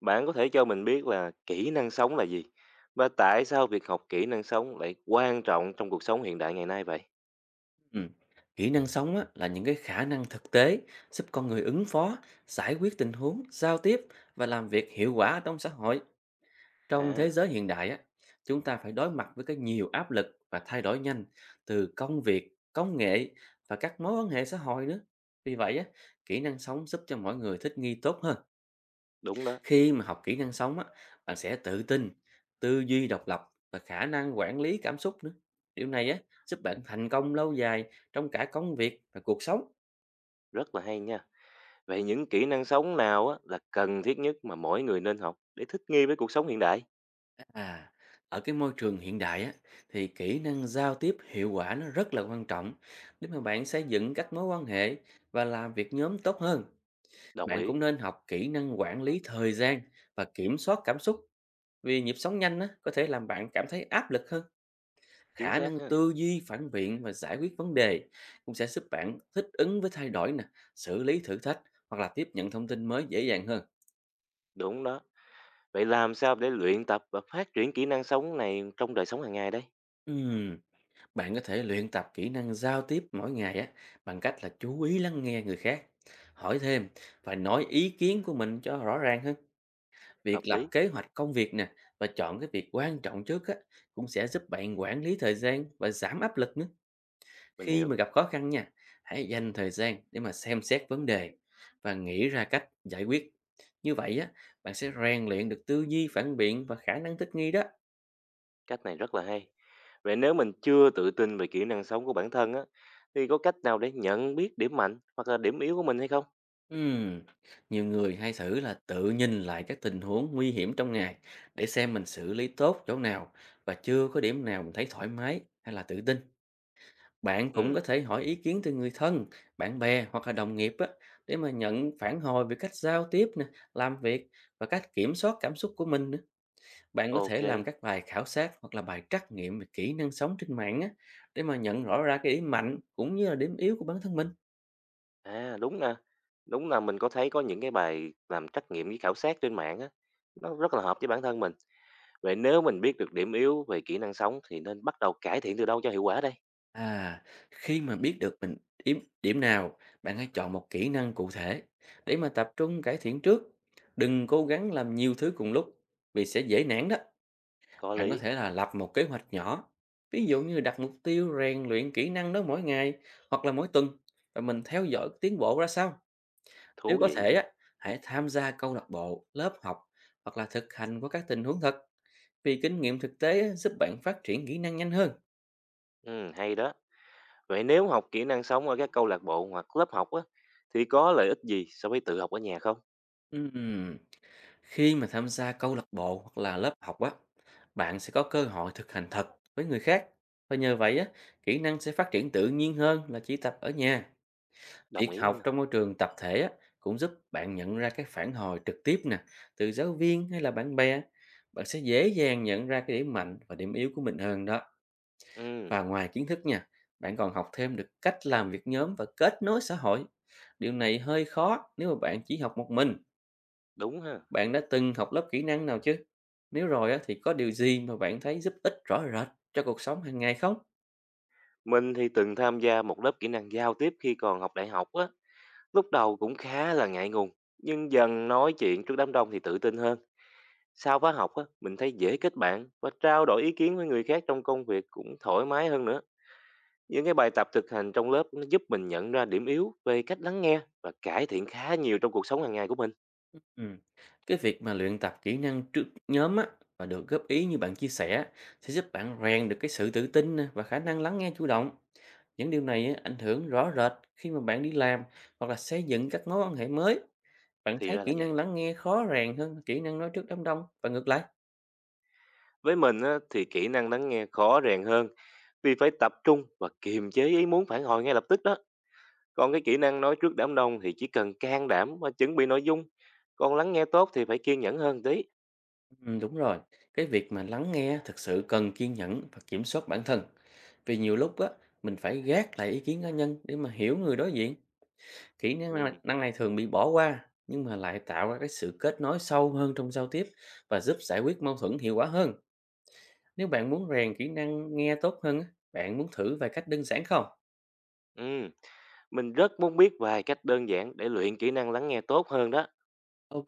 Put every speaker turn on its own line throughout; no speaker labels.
Bạn có thể cho mình biết là kỹ năng sống là gì? Và tại sao việc học kỹ năng sống lại quan trọng trong cuộc sống hiện đại ngày nay vậy?
Ừ. Kỹ năng sống á, là những cái khả năng thực tế giúp con người ứng phó, giải quyết tình huống, giao tiếp và làm việc hiệu quả ở trong xã hội. Trong thế
À,
giới hiện đại á, chúng ta phải đối mặt với cái nhiều áp lực và thay đổi nhanh từ công việc, công nghệ và các mối quan hệ xã hội nữa. Vì vậy á, kỹ năng sống giúp cho mọi người thích nghi tốt hơn.
đúng đó,
Khi mà học kỹ năng sống á, bạn sẽ tự tin, tư duy độc lập và khả năng quản lý cảm xúc nữa. Điều này á, giúp bạn thành công lâu dài trong cả công việc và cuộc sống.
rất là hay nha. Vậy những kỹ năng sống nào á là cần thiết nhất mà mỗi người nên học để thích nghi với cuộc sống hiện đại?
À, ở cái môi trường hiện đại á, thì kỹ năng giao tiếp hiệu quả nó rất là quan trọng để mà bạn xây dựng các mối quan hệ và làm việc nhóm tốt hơn.
Đồng
Bạn
ý,
cũng nên học kỹ năng quản lý thời gian và kiểm soát cảm xúc vì nhịp sống nhanh á, có thể làm bạn cảm thấy áp lực hơn.
chính
Khả
xác
năng
ha.
tư duy, phản biện và giải quyết vấn đề cũng sẽ giúp bạn thích ứng với thay đổi nè, xử lý thử thách hoặc là tiếp nhận thông tin mới dễ dàng hơn.
Đúng đó. Vậy làm sao để luyện tập và phát triển kỹ năng sống này trong đời sống hàng ngày đây?
Ừm, bạn có thể luyện tập kỹ năng giao tiếp mỗi ngày á, bằng cách là chú ý lắng nghe người khác, hỏi thêm và nói ý kiến của mình cho rõ ràng hơn.
Hợp
Việc lập
lý,
kế hoạch công việc nè, và chọn cái việc quan trọng trước á, cũng sẽ giúp bạn quản lý thời gian và giảm áp lực nữa.
mình
Khi mà
hiểu.
gặp khó khăn nha, hãy dành thời gian để mà xem xét vấn đề và nghĩ ra cách giải quyết. Như vậy á, bạn sẽ rèn luyện được tư duy phản biện và khả năng thích nghi đó.
Cách này rất là hay. Vậy nếu mình chưa tự tin về kỹ năng sống của bản thân á, thì có cách nào để nhận biết điểm mạnh hoặc là điểm yếu của mình hay không?
Ừm, Nhiều người hay thử là tự nhìn lại các tình huống nguy hiểm trong ngày để xem mình xử lý tốt chỗ nào và chưa có điểm nào mình thấy thoải mái hay là tự tin. Bạn cũng có
Ừ,
thể hỏi ý kiến từ người thân, bạn bè hoặc là đồng nghiệp á, để mà nhận phản hồi về cách giao tiếp nè, làm việc và cách kiểm soát cảm xúc của mình nữa. Bạn có thể làm
ok.
các bài khảo sát hoặc là bài trắc nghiệm về kỹ năng sống trên mạng á, để mà nhận rõ ra cái điểm mạnh cũng như là điểm yếu của bản thân mình.
À, đúng nè. Đúng là mình có thấy có những cái bài làm trắc nghiệm với khảo sát trên mạng á, nó rất là hợp với bản thân mình. Vậy nếu mình biết được điểm yếu về kỹ năng sống thì nên bắt đầu cải thiện từ đâu cho hiệu quả đây?
À, khi mà biết được mình điểm điểm nào, bạn hãy chọn một kỹ năng cụ thể để mà tập trung cải thiện trước. Đừng cố gắng làm nhiều thứ cùng lúc vì sẽ dễ nản đó.
Có
Bạn có
lý,
thể là lập một kế hoạch nhỏ, ví dụ như đặt mục tiêu rèn luyện kỹ năng đó mỗi ngày hoặc là mỗi tuần, và mình theo dõi tiến bộ ra sao. Nếu
thú
có
vị
thể á,
nha.
hãy tham gia câu lạc bộ, lớp học hoặc là thực hành qua các tình huống thật. Vì kinh nghiệm thực tế á, giúp bạn phát triển kỹ năng nhanh hơn.
Ừ, hay đó. Vậy nếu học kỹ năng sống ở các câu lạc bộ hoặc lớp học á, thì có lợi ích gì so với tự học ở nhà không?
Ừm, Khi mà tham gia câu lạc bộ hoặc là lớp học á, bạn sẽ có cơ hội thực hành thật với người khác. Và nhờ vậy á, kỹ năng sẽ phát triển tự nhiên hơn là chỉ tập ở nhà.
Đồng
Việc
ý
học
nha.
trong môi trường tập thể á, cũng giúp bạn nhận ra các phản hồi trực tiếp nè, từ giáo viên hay là bạn bè. Bạn sẽ dễ dàng nhận ra cái điểm mạnh và điểm yếu của mình hơn đó.
Ừ,
Và ngoài kiến thức nha, bạn còn học thêm được cách làm việc nhóm và kết nối xã hội. Điều này hơi khó nếu mà bạn chỉ học một mình.
đúng ha.
Bạn đã từng học lớp kỹ năng nào chứ? Nếu rồi á, thì có điều gì mà bạn thấy giúp ích rõ rệt cho cuộc sống hàng ngày không?
Mình thì từng tham gia một lớp kỹ năng giao tiếp khi còn học đại học á. Lúc đầu cũng khá là ngại ngùng, nhưng dần nói chuyện trước đám đông thì tự tin hơn. Sau khóa học á, mình thấy dễ kết bạn và trao đổi ý kiến với người khác trong công việc cũng thoải mái hơn nữa. Những cái bài tập thực hành trong lớp nó giúp mình nhận ra điểm yếu về cách lắng nghe và cải thiện khá nhiều trong cuộc sống hàng ngày của mình.
Ừ. Cái việc mà luyện tập kỹ năng trước nhóm á, và được góp ý như bạn chia sẻ, sẽ giúp bạn rèn được cái sự tự tin nè và khả năng lắng nghe chủ động. Những điều này á, ảnh hưởng rõ rệt khi mà bạn đi làm hoặc là xây dựng các mối quan hệ mới. Bạn
Thì
thấy
ra là
kỹ năng
vậy.
lắng nghe khó rèn hơn kỹ năng nói trước đám đông, và ngược lại?
Với mình á, thì kỹ năng lắng nghe khó rèn hơn vì phải tập trung và kiềm chế ý muốn phản hồi ngay lập tức đó. Còn cái kỹ năng nói trước đám đông thì chỉ cần can đảm và chuẩn bị nội dung. Còn lắng nghe tốt thì phải kiên nhẫn hơn tí.
Ừ, đúng rồi. Cái việc mà lắng nghe thực sự cần kiên nhẫn và kiểm soát bản thân. Vì nhiều lúc á, mình phải gác lại ý kiến cá nhân để mà hiểu người đối diện. Kỹ năng này,
Ừ.
năng này thường bị bỏ qua, nhưng mà lại tạo ra cái sự kết nối sâu hơn trong giao tiếp và giúp giải quyết mâu thuẫn hiệu quả hơn. Nếu bạn muốn rèn kỹ năng nghe tốt hơn á, bạn muốn thử vài cách đơn giản không?
Ừ. Mình rất muốn biết vài cách đơn giản để luyện kỹ năng lắng nghe tốt hơn đó.
Ok,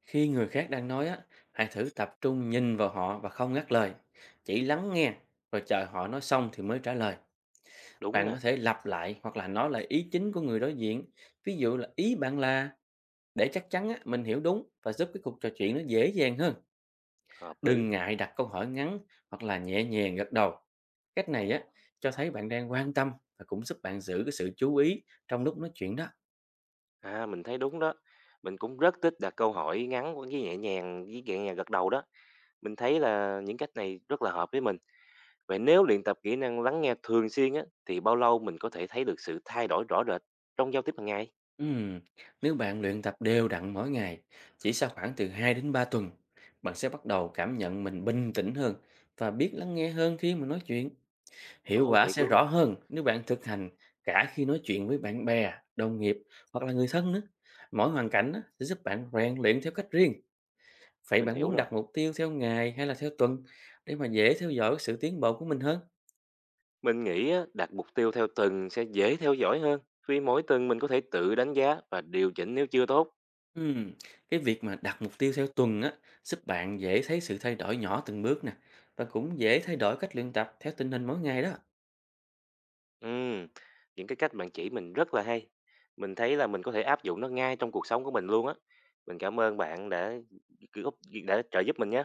khi người khác đang nói á, hãy thử tập trung nhìn vào họ và không ngắt lời. Chỉ lắng nghe, rồi chờ họ nói xong thì mới trả lời.
Đúng
Bạn
nè,
có thể lặp lại hoặc là nói lại ý chính của người đối diện. Ví dụ là "ý bạn là", để chắc chắn á, mình hiểu đúng và giúp cái cuộc trò chuyện nó dễ dàng hơn.
hợp
Đừng
lý.
ngại đặt câu hỏi ngắn hoặc là nhẹ nhàng gật đầu. Cách này á, cho thấy bạn đang quan tâm và cũng giúp bạn giữ cái sự chú ý trong lúc nói chuyện đó.
À, mình thấy đúng đó. Mình cũng rất thích đặt câu hỏi ngắn với nhẹ nhàng gật đầu đó. Mình thấy là những cách này rất là hợp với mình. Vậy nếu luyện tập kỹ năng lắng nghe thường xuyên á, thì bao lâu mình có thể thấy được sự thay đổi rõ rệt trong giao tiếp hàng ngày?
Ừm, nếu bạn luyện tập đều đặn mỗi ngày, chỉ sau khoảng từ 2 đến 3 tuần, bạn sẽ bắt đầu cảm nhận mình bình tĩnh hơn và biết lắng nghe hơn khi mà nói chuyện. Hiệu
Ồ,
quả
thiệt
sẽ
luôn.
rõ hơn nếu bạn thực hành cả khi nói chuyện với bạn bè, đồng nghiệp hoặc là người thân nữa. Mỗi hoàn cảnh á, sẽ giúp bạn rèn luyện theo cách riêng. Vậy
Mình
bạn
hiểu
muốn
rồi.
đặt mục tiêu theo ngày hay là theo tuần, để mà dễ theo dõi sự tiến bộ của mình hơn?
Mình nghĩ á, đặt mục tiêu theo tuần sẽ dễ theo dõi hơn vì mỗi tuần mình có thể tự đánh giá và điều chỉnh nếu chưa tốt.
Ừm, cái việc mà đặt mục tiêu theo tuần á, giúp bạn dễ thấy sự thay đổi nhỏ từng bước nè, và cũng dễ thay đổi cách luyện tập theo tình hình mỗi ngày đó.
Ừm, những cái cách bạn chỉ mình rất là hay. Mình thấy là mình có thể áp dụng nó ngay trong cuộc sống của mình luôn á. Mình cảm ơn bạn đã trợ giúp mình nhé.